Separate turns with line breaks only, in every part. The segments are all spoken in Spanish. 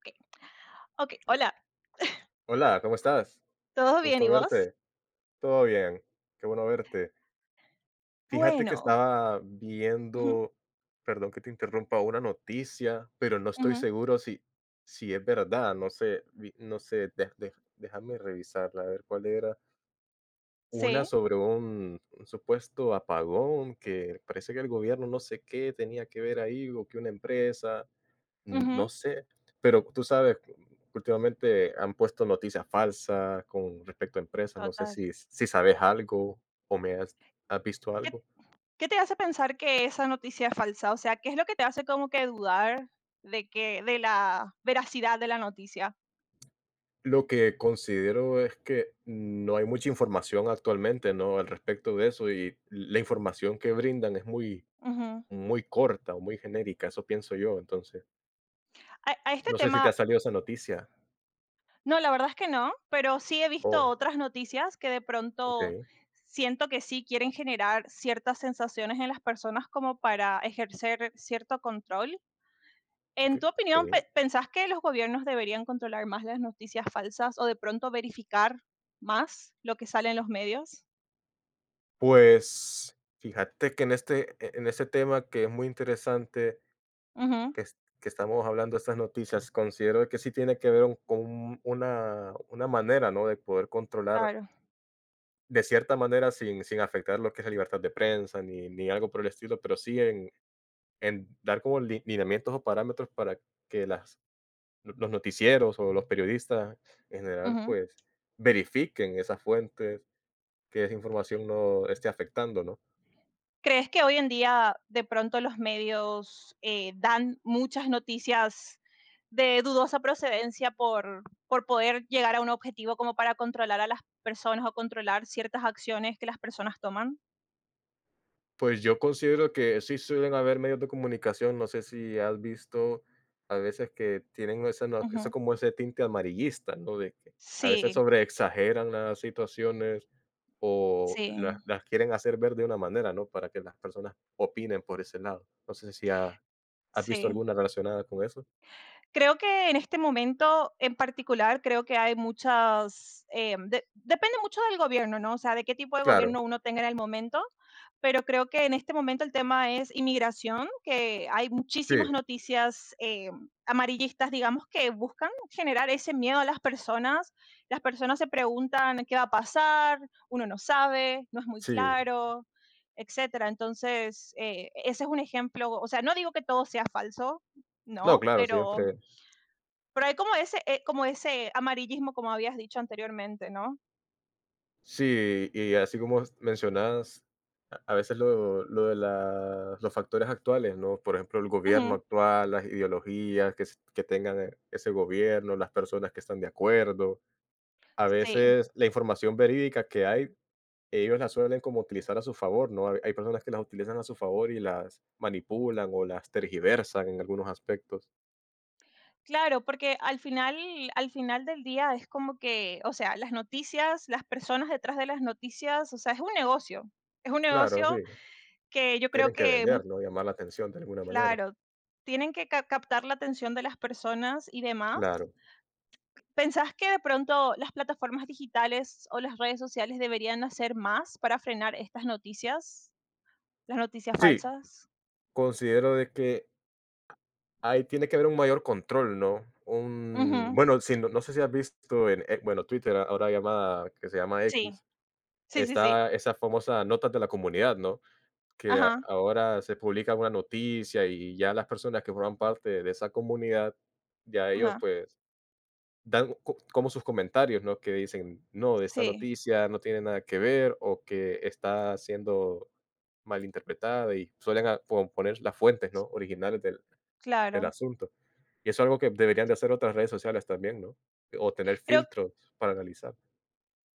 Ok, ok,
Eh,
hola.
Hola, ¿cómo estás?
¿Todo bien,
Gusto
y vos?
verte. Todo bien, qué bueno verte. Fíjate que
Bueno,
estaba
ujú,
viendo, perdón que te interrumpa, una noticia, pero no estoy
ujú,
seguro si, si es verdad. No sé, no sé, déjame revisarla, a ver cuál era. Una
sí,
sobre un supuesto apagón que parece que el gobierno no sé qué tenía que ver ahí o que una empresa. No
ujú,
sé, pero tú sabes, que últimamente han puesto noticias falsas con respecto a empresas, no sé
total.
si sabes algo o me has visto
¿Qué
algo.
qué te hace pensar que esa noticia es falsa? O sea, ¿qué es lo que te hace como que dudar de la veracidad de la noticia?
Lo que considero es que no hay mucha información actualmente, ¿no?, al respecto de eso, y la información que brindan es muy
Ujú.
muy corta o muy genérica, eso pienso yo, entonces,
A este
no sé si te ha
tema
salido esa noticia.
no, la verdad es que no, pero sí he visto
Oh,
otras noticias que de pronto
okey,
siento que sí quieren generar ciertas sensaciones en las personas como para ejercer cierto control. En tu opinión,
okey.
¿pensás que los gobiernos deberían controlar más las noticias falsas o de pronto verificar más lo que sale en los medios?
Pues, fíjate que en este tema que es muy interesante
Ujú,
que, que estamos hablando de estas noticias, considero que sí tiene que ver una manera, ¿no? De poder controlar
claro.
de cierta manera sin, sin afectar lo que es la libertad de prensa ni, ni algo por el estilo, pero sí en dar como lineamientos o parámetros para que los noticieros o los periodistas en general
Ujú.
pues verifiquen esas fuentes, que esa información no esté afectando, ¿no?
¿Crees que hoy en día de pronto los medios dan muchas noticias de dudosa procedencia por poder llegar a un objetivo como para controlar a las personas o controlar ciertas acciones que las personas toman?
Pues yo considero que sí suelen haber medios de comunicación, no sé si has visto a veces que tienen esa no eso
Ujú.
como ese tinte amarillista, ¿no? De que a veces
Sí,
sobreexageran las situaciones o las
sí,
las quieren hacer ver de una manera, ¿no? Para que las personas opinen por ese lado. No sé si ha has visto
sí.
alguna relacionada con eso.
Creo que en este momento en particular, creo que hay muchas, depende mucho del gobierno, ¿no? O sea, de qué tipo de
Claro,
gobierno uno tenga en el momento, pero creo que en este momento el tema es inmigración, que hay
sí,
muchísimas noticias amarillistas, digamos, que buscan generar ese miedo a las personas. Las personas se preguntan qué va a pasar, uno no sabe, no es muy
sí.
claro, etcétera. Entonces, ese es un ejemplo, o sea, no digo que todo sea falso,
No,
no,
claro, siempre.
pero hay como ese amarillismo, como habías dicho anteriormente, ¿no?
Sí, y así como mencionas, a veces lo de la los factores actuales, ¿no? Por ejemplo, el gobierno
Ujú.
actual, las ideologías que tengan, ese gobierno, las personas que están de acuerdo. A
Sí,
veces la información verídica que hay, ellos la suelen como utilizar a su favor, ¿no? Hay personas que las utilizan a su favor y las manipulan o las tergiversan en algunos aspectos.
claro, porque al final del día es como que, o sea, las noticias, las personas detrás de las noticias, o sea, es un negocio. Es un
Claro, sí,
negocio que yo creo
tienen que
que, mu
vender, ¿no? Llamar la atención de alguna manera.
claro, tienen que ca captar la atención de las personas y demás.
Claro.
¿Pensás que de pronto las plataformas digitales o las redes sociales deberían hacer más para frenar estas noticias, las noticias
Sí,
falsas?
considero de que ahí tiene que haber un mayor control, ¿no? Un
Ujú,
bueno, si no sé si has visto en, bueno, Twitter, ahora llamada que se llama
sí.
X,
Sí, sí, sí.
está esa famosa notas de la comunidad, ¿no? Que a
Ajá,
ahora se publica una noticia y ya las personas que forman parte de esa comunidad, ya ellos,
ajá.
pues, dan co como sus comentarios, ¿no? Que dicen: "No, esta
Sí,
noticia no tiene nada que ver", o que está siendo malinterpretada y suelen a po poner las fuentes, ¿no? Originales de el
claro.
asunto. Y eso es algo que deberían de hacer otras redes sociales también, ¿no? O tener
Creo
filtros para analizar.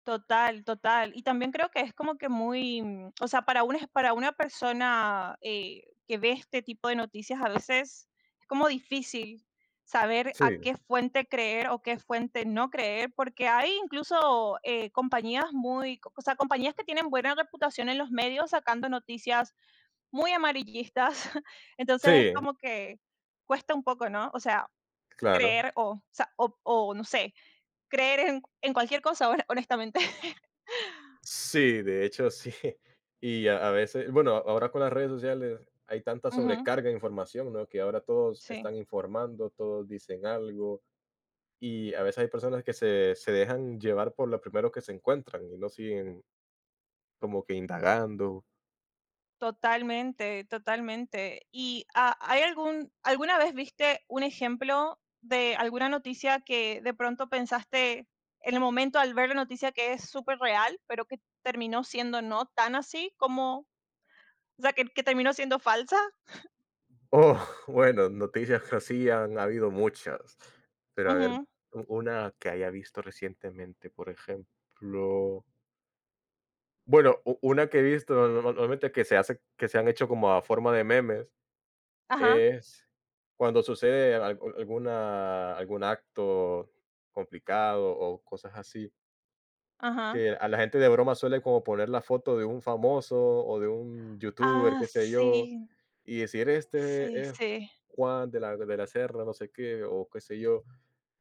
total, total. Y también creo que es como que muy, mm, o sea, para una persona, que ve este tipo de noticias, a veces es como difícil saber
Sí,
a qué fuente creer o qué fuente no creer, porque hay incluso, compañías muy, o sea, compañías que tienen buena reputación en los medios sacando noticias muy amarillistas. Entonces, es
sí,
como que cuesta un poco, ¿no? O sea,
claro.
creer o sa o no sé, creer en cualquier cosa, honestamente.
Sí, de hecho, sí. Y a veces, bueno, ahora con las redes sociales hay tanta
Ujú,
sobrecarga de información, ¿no? Que ahora todos
sí,
están informando, todos dicen algo. Y a veces hay personas que se dejan llevar por lo primero que se encuentran y no siguen como que indagando.
totalmente, totalmente. Y, ah, ¿hay algún alguna vez viste un ejemplo de alguna noticia que de pronto pensaste en el momento al ver la noticia que es súper real pero que terminó siendo no tan así como o sea, que terminó siendo falsa?
Oh, bueno, noticias que así han habido muchas, pero a ver,
Ujú,
una que haya visto recientemente, por ejemplo, bueno, una que he visto no- no, normalmente que se hace, que se han hecho como a forma de memes,
ajá,
es cuando sucede alguna, algún acto complicado o cosas así,
ajá.
que a la gente de broma suele como poner la foto de un famoso o de un youtuber, qué
Ah,
sé yo,
sí,
y decir,
sí,
este es
sí.
Juan de la Serra, no sé qué, o qué sé yo,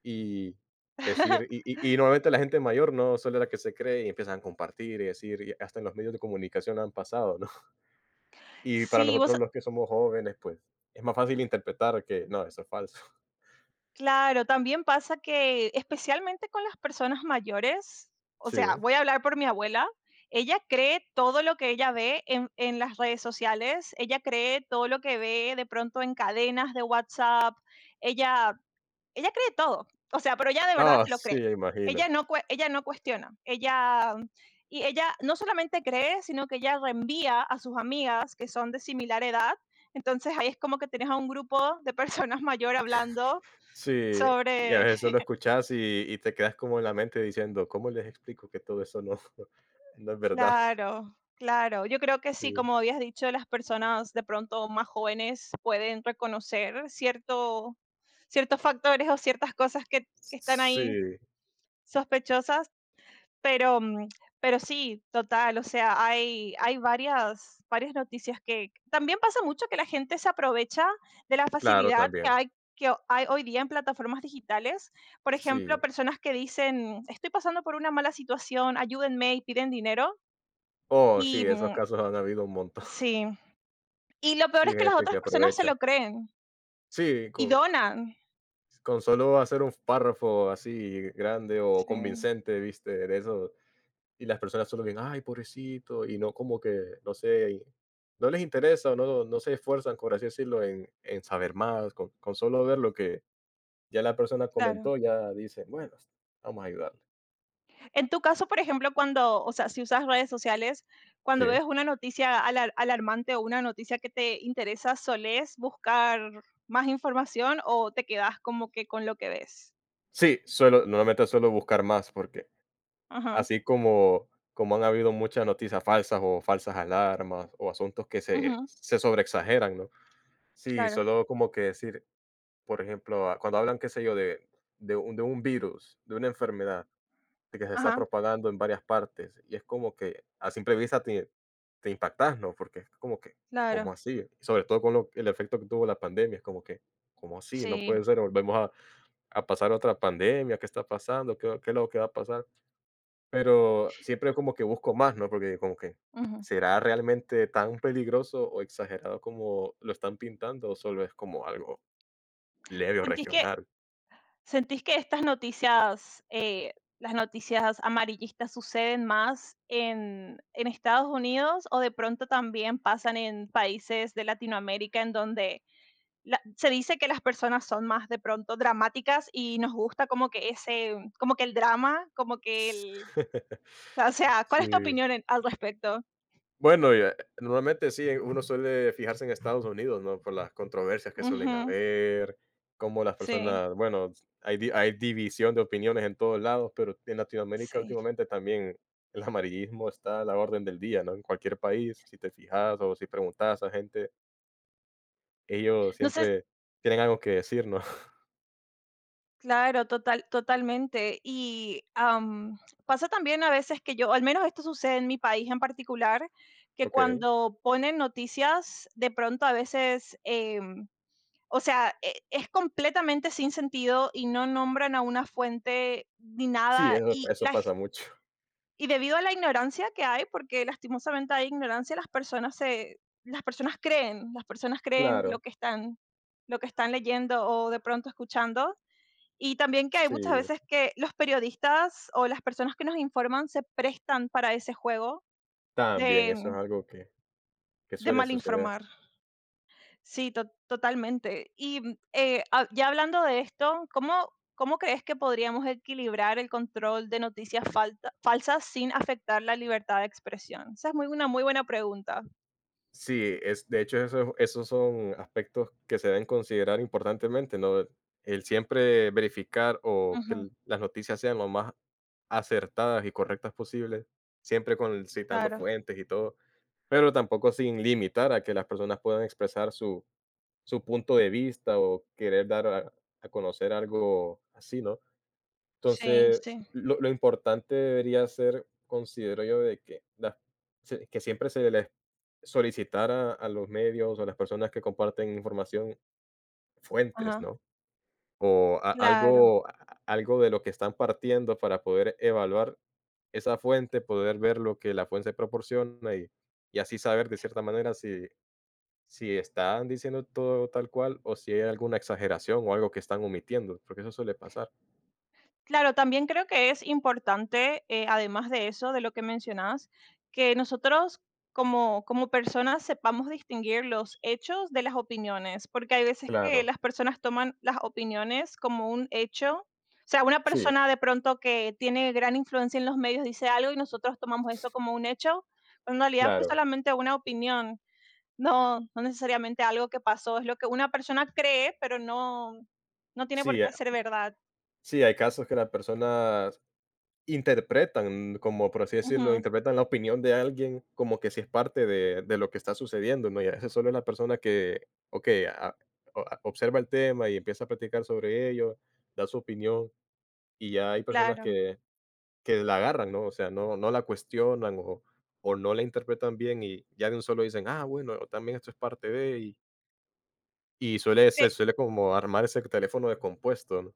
y decir normalmente la gente mayor no suele la que se cree y empiezan a compartir y decir, y hasta en los medios de comunicación han pasado, ¿no? Y para
Sí, vos
nosotros los que somos jóvenes, pues, es más fácil interpretar que no, eso es falso.
claro, también pasa que, especialmente con las personas mayores, o sea,
Sí.
voy a hablar por mi abuela, ella cree todo lo que ella ve en las redes sociales, ella cree todo lo que ve de pronto en cadenas de WhatsApp, ella, ella cree todo, o sea, pero ella de verdad
Ah
lo
sí,
cree.
imagino.
Ella no, ella no cuestiona, ella, y ella no solamente cree, sino que ella reenvía a sus amigas que son de similar edad. Entonces ahí es como que tenés a un grupo de personas mayores hablando
Sí, y a
sobre
veces solo escuchás y te quedas como en la mente diciendo: "¿Cómo les explico que todo eso no no es verdad?".
claro, claro. Yo creo que sí,
Sí,
como habías dicho, las personas de pronto más jóvenes pueden reconocer cierto ciertos factores o ciertas cosas que están ahí
sí,
sospechosas, pero, mm, pero sí, total, o sea, hay varias noticias que también pasa mucho que la gente se aprovecha de la
claro,
facilidad que
también.
hay hay hoy día en plataformas digitales. Por ejemplo,
Sí.
personas que dicen: "Estoy pasando por una mala situación, ayúdenme", y piden dinero.
Oh,
Y,
sí, esos
mm,
casos han habido un montón.
sí, y lo
Sí,
peor es que las
gente que
otras personas se
aprovecha.
lo creen
Sí,
y donan.
con solo hacer un párrafo así grande o
Sí,
convincente, ¿viste? De eso, y las personas solo ven: "Ay, pobrecito", y no como que, no sé, y no les interesa o no se esfuerzan, por así decirlo, en saber más, con solo ver lo que ya la persona
claro.
comentó, ya dice, bueno, vamos a ayudarle.
En tu caso, por ejemplo, o sea, si usas redes sociales, cuando
Sí.
ves una noticia alarmante o una noticia que te interesa, ¿solés buscar más información o te quedas como que con lo que ves?
Sí, suelo, normalmente suelo buscar más porque
Ajá,
así como, como han habido muchas noticias falsas o falsas alarmas o asuntos que se,
ujú,
se sobreexageran, ¿no? Sí,
claro,
solo como que decir, por ejemplo, cuando hablan, qué sé yo, de un virus, de una enfermedad, que se está
ajá,
propagando en varias partes. Y es como que a simple vista te, te impactas, ¿no? Porque es como que,
claro,
¿cómo así? Y sobre todo con el efecto que tuvo la pandemia, es como que, ¿cómo así? No puede
sí,
ser, volvemos a pasar otra pandemia, ¿qué está pasando? ¿Qué, qué es lo que va a pasar? Pero siempre como que busco más, ¿no? Porque como que,
ujú.
¿será realmente tan peligroso o exagerado como lo están pintando o solo es como algo leve o
¿Sentís que
regional?
¿Sentís que estas noticias, las noticias amarillistas suceden más en Estados Unidos o de pronto también pasan en países de Latinoamérica en donde se dice que las personas son más de pronto dramáticas y nos gusta como que ese, como que el drama, como que el, o sea, ¿cuál es tu
Sí.
opinión al respecto?
Bueno, y, normalmente sí, uno suele fijarse en Estados Unidos, ¿no? Por las controversias que suelen
Ujú,
haber, cómo las
sí,
personas, bueno, hay, hay división de opiniones en todos lados, pero en Latinoamérica
sí.
últimamente también el amarillismo está a la orden del día, ¿no? En cualquier país, si te fijas o si preguntas a gente, ellos
No sé,
siempre tienen algo que decir, ¿no?
claro, total, totalmente. Y am, pasa también a veces que yo, al menos esto sucede en mi país en particular, que
Ok.
cuando ponen noticias, de pronto a veces, o sea, es completamente sin sentido y no nombran a una fuente ni
Sí,
nada.
eso, eso pasa mucho.
Y debido a la ignorancia que hay, porque lastimosamente hay ignorancia, las personas creen
Claro,
lo que están leyendo o de pronto escuchando y también que hay muchas
sí,
veces que los periodistas o las personas que nos informan se prestan para ese juego
también eso es
de
algo que
de
suele
mal
suceder.
informar. Sí, to totalmente. Y, mm, ha ya hablando de esto, ¿cómo crees que podríamos equilibrar el control de noticias falta falsas sin afectar la libertad de expresión? Esa es muy una muy buena pregunta.
Sí, es, de hecho, eso, esos son aspectos que se deben considerar importantemente, ¿no? El siempre verificar o que
Ujú,
las noticias sean lo más acertadas y correctas posibles, siempre con citando
claro.
fuentes y todo, pero tampoco sin limitar a que las personas puedan expresar su, su punto de vista o querer dar a conocer algo así, ¿no?
Sí,
Entonces,
sí.
lo importante debería ser, considero yo, de que las se que siempre se les solicitara a los medios o a las personas que comparten información fuentes,
Ajá,
¿no? O a
claro.
algo de lo que están partiendo para poder evaluar esa fuente, poder ver lo que la fuente proporciona y así saber de cierta manera si si están diciendo todo tal cual o si hay alguna exageración o algo que están omitiendo, porque eso suele pasar.
Claro, también creo que es importante, además de eso, de lo que mencionás, que nosotros como personas sepamos distinguir los hechos de las opiniones, porque hay veces que
Claro,
las personas toman las opiniones como un hecho. O sea, una
sí,
persona de pronto que tiene gran influencia en los medios dice algo y nosotros tomamos eso como un hecho, cuando en realidad fue
claro.
solamente una opinión, no necesariamente algo que pasó, es lo que una persona cree, pero no, no tiene por
Sí,
qué ser verdad.
sí, hay casos que las personas interpretan, como por así decirlo,
Ujú,
interpretan la opinión de alguien como que si es parte de lo que está sucediendo, ¿no? Y a veces solo es la persona que, ok, observa el tema y empieza a platicar sobre ello, da su opinión, y ya hay personas
claro.
que la agarran, ¿no? O sea, no, no la cuestionan o no la interpretan bien y ya de un solo dicen, ah, bueno, también esto es parte de, y suele, se
Cre-
suele como armar ese teléfono descompuesto, ¿no?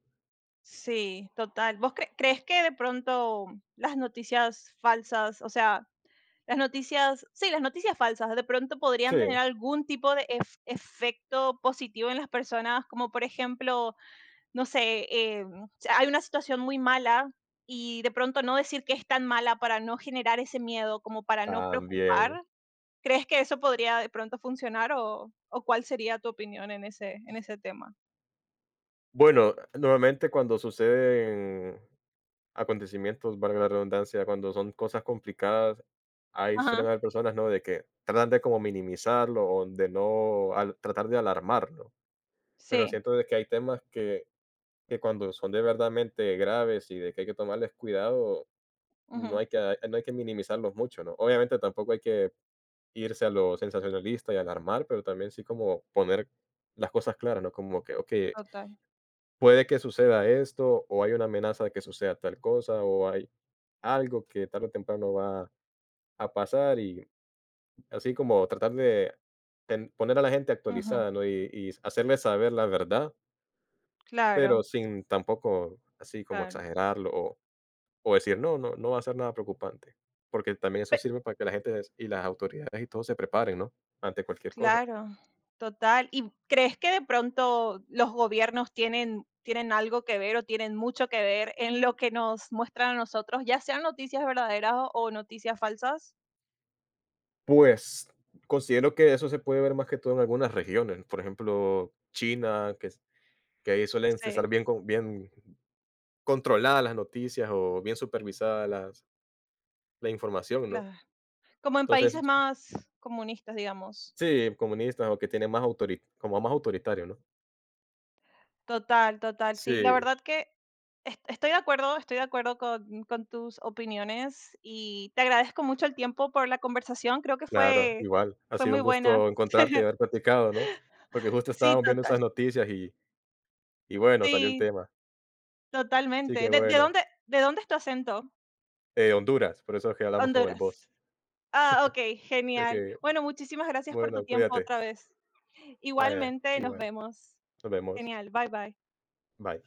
sí, total. ¿Vos crees que de pronto las noticias falsas, o sea, las noticias, sí, las noticias falsas, de pronto
Sí,
podrían tener algún tipo de efecto positivo en las personas, como por ejemplo, no sé, eh, si hay una situación muy mala y de pronto no decir que es tan mala para no generar ese miedo, como para no preocupar.
también.
¿crees que eso podría de pronto funcionar o cuál sería tu opinión en ese tema?
Bueno, normalmente cuando suceden acontecimientos, valga la redundancia, cuando son cosas complicadas, ahí suelen
Ajá,
haber personas, ¿no? De que tratan de como minimizarlo o de no al tratar de alarmarlo. Pero
sí,
siento de que hay temas que cuando son de verdaderamente graves y de que hay que tomarles cuidado,
ujú,
no hay que minimizarlos mucho, ¿no? Obviamente tampoco hay que irse a lo sensacionalista y alarmar, pero también sí como poner las cosas claras, ¿no? Como que, okey,
total.
puede que suceda esto, o hay una amenaza de que suceda tal cosa, o hay algo que tarde o temprano va a pasar, y así como tratar de poner a la gente actualizada, ¿no? Y hacerle saber la verdad,
Claro,
pero sin tampoco así como
claro.
exagerarlo o decir, no, no, no va a ser nada preocupante, porque también eso
Pe
sirve para que la gente y las autoridades y todos se preparen, ¿no? Ante cualquier cosa.
claro, total. ¿Y crees que de pronto los gobiernos tienen algo que ver o tienen mucho que ver en lo que nos muestran a nosotros, ya sean noticias verdaderas o noticias falsas?
Pues considero que eso se puede ver más que todo en algunas regiones, por ejemplo, China, que ahí suelen estar
Sí,
bien controladas las noticias o bien supervisadas las la información, ¿no?
claro. Como en
Entonces
países más comunistas, digamos.
sí, comunistas o que tienen más autori como más autoritario, ¿no?
Total, total, sí. La
Sí,
verdad que estoy de acuerdo con tus opiniones y te agradezco mucho el tiempo por la conversación, creo que
claro,
fue
igual. Ha
fue
sido
muy
un
buena.
gusto encontrarte y haber platicado, ¿no? Porque justo
Sí,
estábamos viendo
total.
esas noticias y bueno, salió el
Sí.
tema. Sí, que
Totalmente. ¿De de
bueno.
dónde de dónde es tu acento?
Honduras, por eso es que hablamos con el
Honduras.
boss.
Ah, okey, genial.
Que
Bueno, muchísimas gracias por tu
bueno,
tiempo
cuídate.
otra vez.
Vaya,
Igualmente, nos
igual.
vemos.
Nos vemos.
Genial, bye, bye.
Bye.